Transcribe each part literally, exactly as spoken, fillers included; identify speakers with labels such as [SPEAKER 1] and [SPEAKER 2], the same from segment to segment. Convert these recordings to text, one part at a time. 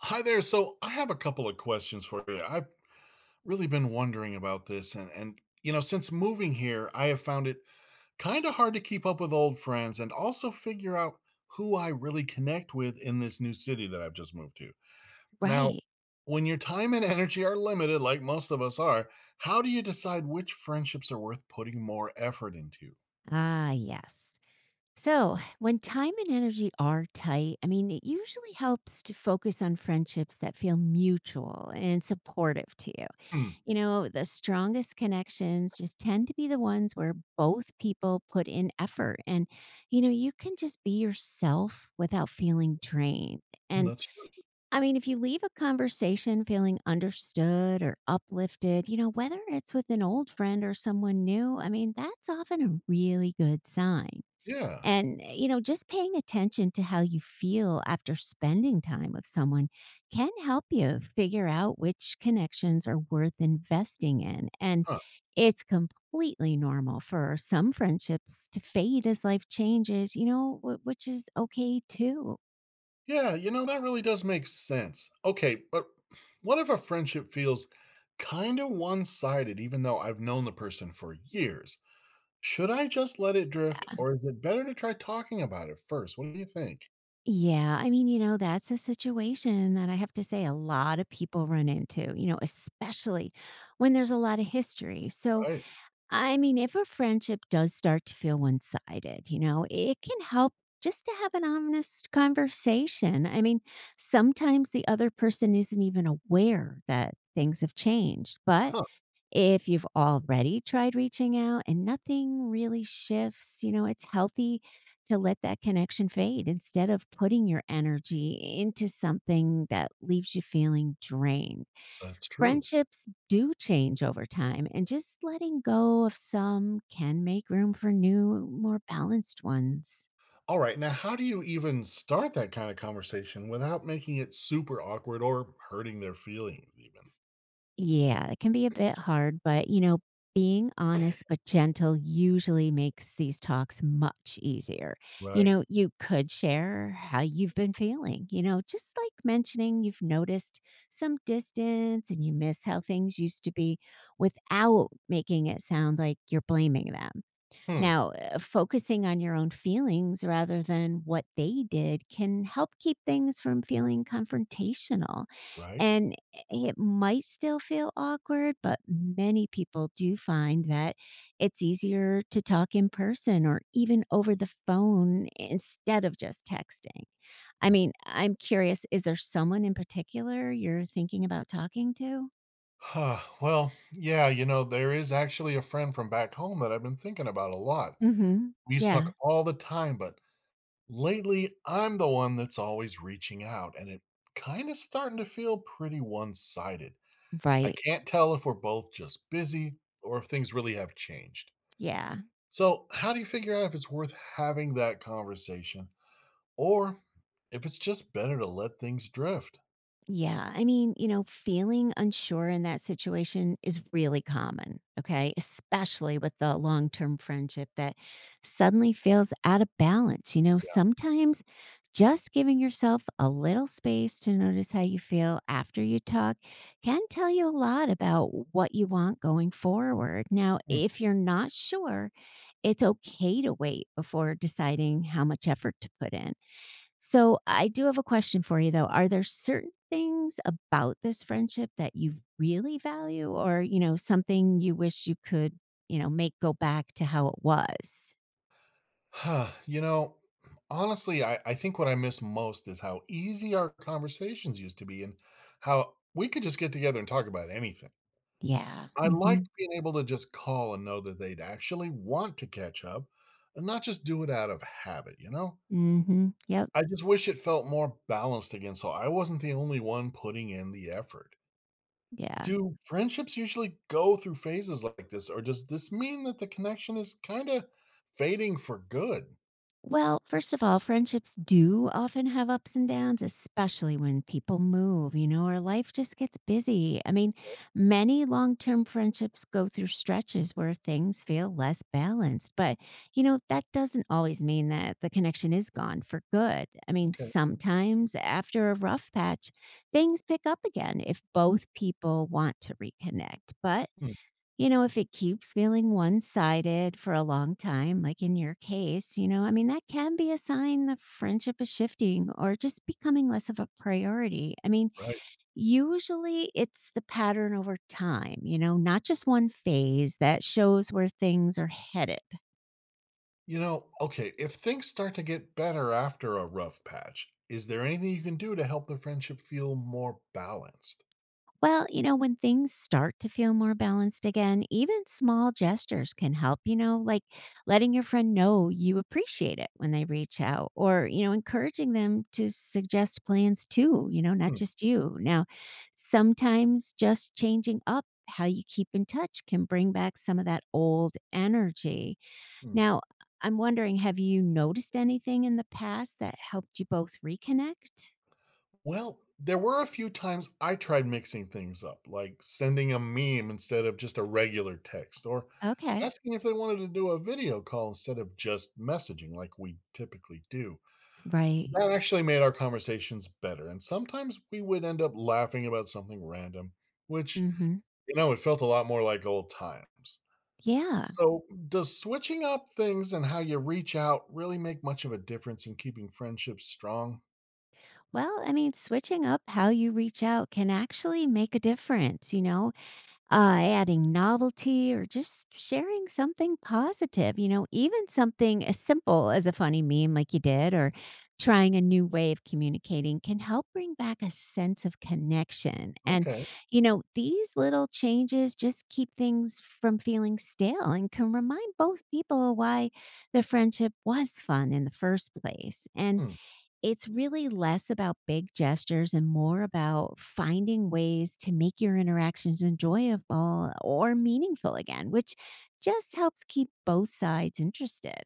[SPEAKER 1] Hi there. So I have a couple of questions for you. I've really been wondering about this and and you know, since moving here, I have found it kind of hard to keep up with old friends and also figure out who I really connect with in this new city that I've just moved to. Now,
[SPEAKER 2] Right.
[SPEAKER 1] when your time and energy are limited like most of us are, how do you decide which friendships are worth putting more effort into?
[SPEAKER 2] Ah, yes. So, when time and energy are tight, I mean, it usually helps to focus on friendships that feel mutual and supportive to you.
[SPEAKER 1] Hmm,
[SPEAKER 2] You know, the strongest connections just tend to be the ones where both people put in effort and, you know, you can just be yourself without feeling drained. And
[SPEAKER 1] that's true.
[SPEAKER 2] I mean, if you leave a conversation feeling understood or uplifted, you know, whether it's with an old friend or someone new, I mean, that's often a really good sign.
[SPEAKER 1] Yeah.
[SPEAKER 2] And, eh, you know, just paying attention to how you feel after spending time with someone can help you figure out which connections are worth investing in. And it's completely normal for some friendships to fade as life changes, you know, wh- which is okay too.
[SPEAKER 1] Yeah, you know, that really does make sense. Okay, but what if a friendship feels kind of one sided, even though I've known the person for years? Should I just let it drift, or is it better to try talking about it first? What do you think?
[SPEAKER 2] Yeah, I mean, you know, that's a situation that I have to say a lot of people run into, you know, especially when there's a lot of history. So,
[SPEAKER 1] Right.
[SPEAKER 2] I mean, if a friendship does start to feel one sided, you know, it can help just to have an honest conversation. I mean, sometimes the other person isn't even aware that things have changed, but
[SPEAKER 1] Huh,
[SPEAKER 2] if you've already tried reaching out and nothing really shifts, you know, it's healthy to let that connection fade instead of putting your energy into something that leaves you feeling drained.
[SPEAKER 1] that's true.
[SPEAKER 2] Friendships do change over time, and just letting go of some can make room for new, more balanced ones.
[SPEAKER 1] All right, now how do you even start that kind of conversation without making it super awkward or hurting their feelings, even?
[SPEAKER 2] Yeah, it can be a bit hard, but you know, being honest but gentle usually makes these talks much easier. You
[SPEAKER 1] Right.
[SPEAKER 2] know, you could share how you've been feeling, you know, just like mentioning you've noticed some distance and you miss how things used to be without making it sound like you're blaming them.
[SPEAKER 1] Hmm.
[SPEAKER 2] Now, uh, focusing on your own feelings rather than what they did can help keep things from feeling confrontational.
[SPEAKER 1] Right.
[SPEAKER 2] And it might still feel awkward, but many people do find that it's easier to talk in person or even over the phone instead of just texting. I
[SPEAKER 1] Hmm.
[SPEAKER 2] mean, I'm curious, is there someone in particular you're thinking about talking to?
[SPEAKER 1] Huh, well, yeah, you know, there is actually a friend from back home that I've been thinking about a lot.
[SPEAKER 2] Hmm.
[SPEAKER 1] We used to
[SPEAKER 2] Yeah.
[SPEAKER 1] talk all the time, but lately I'm the one that's always reaching out, and it kind of starting to feel pretty one sided. I
[SPEAKER 2] Right.
[SPEAKER 1] can't tell if we're both just busy or if things really have changed.
[SPEAKER 2] Yeah.
[SPEAKER 1] So, how do you figure out if it's worth having that conversation or if it's just better to let things drift?
[SPEAKER 2] Yeah. I mean, you know, feeling unsure in that situation is really common. Okay. Especially with the long term friendship that suddenly feels out of balance. You know, sometimes just giving yourself a little space to notice how you feel after you talk can tell you a lot about what you want going forward. Now,
[SPEAKER 1] Yeah.
[SPEAKER 2] if you're not sure, it's okay to wait before deciding how much effort to put in. So I do have a question for you though. Are there certain things about this friendship that you really value or, you know, something you wish you could, you know, make go back to how it was?
[SPEAKER 1] Hmm. You know, honestly, I, I think what I miss most is how easy our conversations used to be and how we could just get together and talk about anything.
[SPEAKER 2] Yeah.
[SPEAKER 1] I liked
[SPEAKER 2] Mhm.
[SPEAKER 1] being able to just call and know that they'd actually want to catch up and not just do it out of habit, you know?
[SPEAKER 2] Mhm. Yep.
[SPEAKER 1] I just wish it felt more balanced again so I wasn't the only one putting in the effort.
[SPEAKER 2] Yeah.
[SPEAKER 1] Do friendships usually go through phases like this, or does this mean that the connection is kind of fading for good?
[SPEAKER 2] Well, first of all, friendships do often have ups and downs, especially when people move, you know, or life just gets busy. I mean, many long term friendships go through stretches where things feel less balanced, but, you know, that doesn't always mean that the connection is gone for good. I mean,
[SPEAKER 1] Okay.
[SPEAKER 2] sometimes after a rough patch, things pick up again if both people want to reconnect. But
[SPEAKER 1] Hmm,
[SPEAKER 2] you know, if it keeps feeling one sided for a long time, like in your case, you know, I mean, that can be a sign the friendship is shifting or just becoming less of a priority. I mean,
[SPEAKER 1] right.
[SPEAKER 2] usually it's the pattern over time, you know, not just one phase that shows where things are headed.
[SPEAKER 1] You know, okay, if things start to get better after a rough patch, is there anything you can do to help the friendship feel more balanced?
[SPEAKER 2] Well, you know, when things start to feel more balanced again, even small gestures can help, you know, like letting your friend know you appreciate it when they reach out or, you know, encouraging them to suggest plans too, you know, not
[SPEAKER 1] Hmm,
[SPEAKER 2] just you. Now, sometimes just changing up how you keep in touch can bring back some of that old energy.
[SPEAKER 1] hmm.
[SPEAKER 2] Now, I'm wondering, have you noticed anything in the past that helped you both reconnect?
[SPEAKER 1] Well, there were a few times I tried mixing things up, like sending a meme instead of just a regular text, or
[SPEAKER 2] Okay.
[SPEAKER 1] asking if they wanted to do a video call instead of just messaging like we typically do.
[SPEAKER 2] Right.
[SPEAKER 1] That actually made our conversations better, and sometimes we would end up laughing about something random, which,
[SPEAKER 2] Mhm.
[SPEAKER 1] you know, it felt a lot more like old times.
[SPEAKER 2] Yeah.
[SPEAKER 1] So, does switching up things and how you reach out really make much of a difference in keeping friendships strong?
[SPEAKER 2] Well, I mean, switching up how you reach out can actually make a difference, you know, uh, adding novelty or just sharing something positive, you know, even something as simple as a funny meme like you did or trying a new way of communicating can help bring back a sense of connection. And,
[SPEAKER 1] Okay.
[SPEAKER 2] you know, these little changes just keep things from feeling stale and can remind both people why the friendship was fun in the first place. And
[SPEAKER 1] Hmm.
[SPEAKER 2] it's really less about big gestures and more about finding ways to make your interactions enjoyable or meaningful again, which just helps keep both sides interested.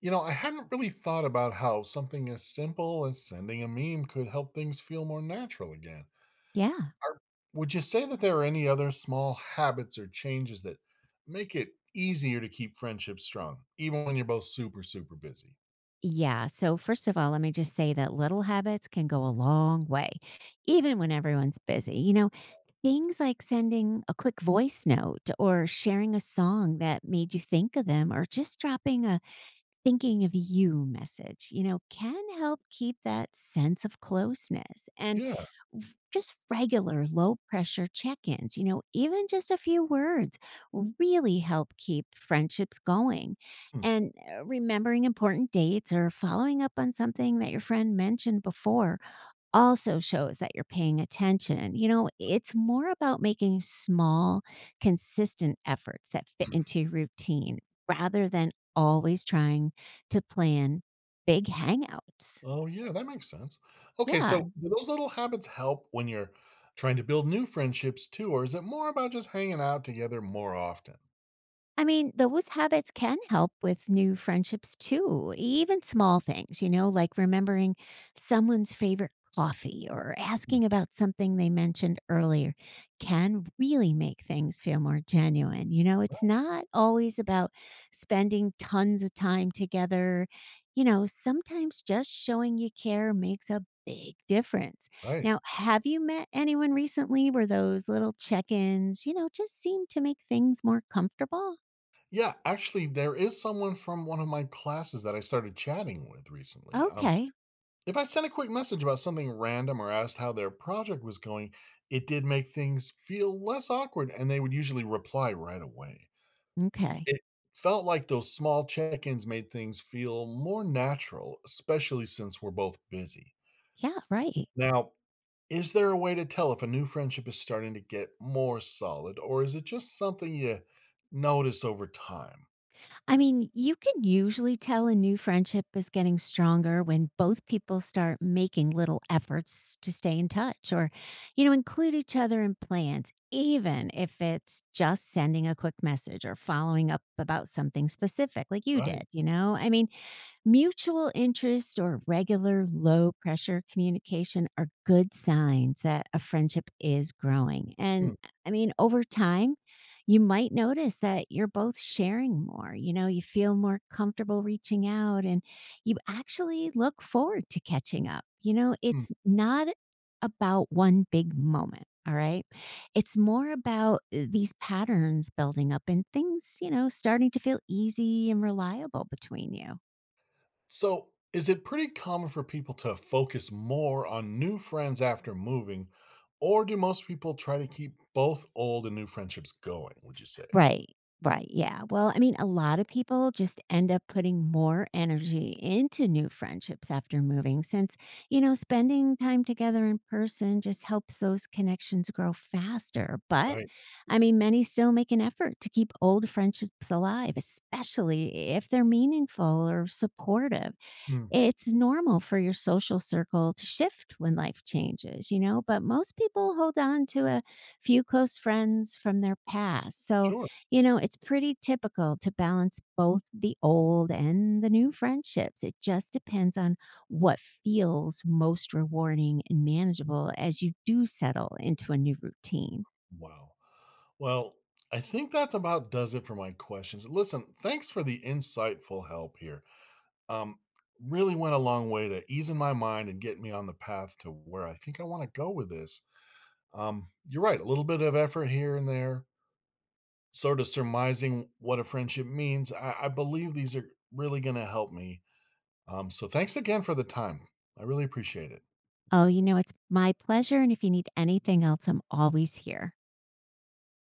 [SPEAKER 1] You know, I hadn't really thought about how something as simple as sending a meme could help things feel more natural again.
[SPEAKER 2] Yeah.
[SPEAKER 1] Are- Would you say that there are any other small habits or changes that make it easier to keep friendships strong, even when you're both super, super busy?
[SPEAKER 2] Yeah. So, first of all, let me just say that little habits can go a long way, even when everyone's busy. You know, things like sending a quick voice note or sharing a song that made you think of them or just dropping a thinking of you message, you know, can help keep that sense of closeness and
[SPEAKER 1] Yeah.
[SPEAKER 2] v- just regular low pressure check ins, you know, even just a few words really help keep friendships going.
[SPEAKER 1] Hmm.
[SPEAKER 2] And uh, remembering important dates or following up on something that your friend mentioned before also shows that you're paying attention. You know, it's more about making small, consistent efforts that fit into your routine rather than always trying to plan big hangouts.
[SPEAKER 1] Oh, yeah, that makes sense. Okay,
[SPEAKER 2] Yeah.
[SPEAKER 1] so do those little habits help when you're trying to build new friendships too, or is it more about just hanging out together more often?
[SPEAKER 2] I mean, those habits can help with new friendships too, even small things, you know, like remembering someone's favorite coffee or
[SPEAKER 1] Hmm,
[SPEAKER 2] asking about something they mentioned earlier can really make things feel more genuine. You know, it's not always about spending tons of time together. You know, sometimes just showing you care makes a big difference.
[SPEAKER 1] right.
[SPEAKER 2] Now, have you met anyone recently where those little check ins, you know, just seem to make things more comfortable?
[SPEAKER 1] Yeah, actually, there is someone from one of my classes that I started chatting with recently. Um,
[SPEAKER 2] Okay.
[SPEAKER 1] if I sent a quick message about something random or asked how their project was going, it did make things feel less awkward, and they would usually reply right away.
[SPEAKER 2] Okay.
[SPEAKER 1] It felt like those small check ins made things feel more natural, especially since we're both busy.
[SPEAKER 2] Yeah, right.
[SPEAKER 1] Now, is there a way to tell if a new friendship is starting to get more solid, or is it just something you notice over time?
[SPEAKER 2] I mean, you can usually tell a new friendship is getting stronger when both people start making little efforts to stay in touch or, you know, include each other in plans, even if it's just sending a quick message or following up about something specific like you
[SPEAKER 1] Right.
[SPEAKER 2] did, you know? I mean, mutual interest or regular low pressure communication are good signs that a friendship is growing. And
[SPEAKER 1] Mm,
[SPEAKER 2] I mean, over time, you might notice that you're both sharing more. You know, you feel more comfortable reaching out and you actually look forward to catching up. You know, it's not about one big moment. All right. It's more about uh, these patterns building up and things, you know, starting to feel easy and reliable between you.
[SPEAKER 1] so, is it pretty common for people to focus more on new friends after moving, or do most people try to keep both old and new friendships going? Would you say?
[SPEAKER 2] Right. Right. Yeah. Well, I mean, a lot of people just end up putting more energy into new friendships after moving since, you know, spending time together in person just helps those connections grow faster. But
[SPEAKER 1] Right.
[SPEAKER 2] I mean, many still make an effort to keep old friendships alive, especially if they're meaningful or supportive.
[SPEAKER 1] Hmm.
[SPEAKER 2] It's normal for your social circle to shift when life changes, you know, but most people hold on to a few close friends from their past. So,
[SPEAKER 1] Sure.
[SPEAKER 2] you know, it's pretty typical to balance both the old and the new friendships. It just depends on what feels most rewarding and manageable as you do settle into a new routine.
[SPEAKER 1] Wow. Well, I think that's about does it for my questions. Listen, thanks for the insightful help here. Um, Really went a long way to easing my mind and get me on the path to where I think I want to go with this. Um, you're right. A little bit of effort here and there sort of surmising what a friendship means, I, I believe these are really going to help me. Um, so thanks again for the time. I really appreciate it.
[SPEAKER 2] Oh, you know, it's my pleasure. And if you need anything else, I'm always here.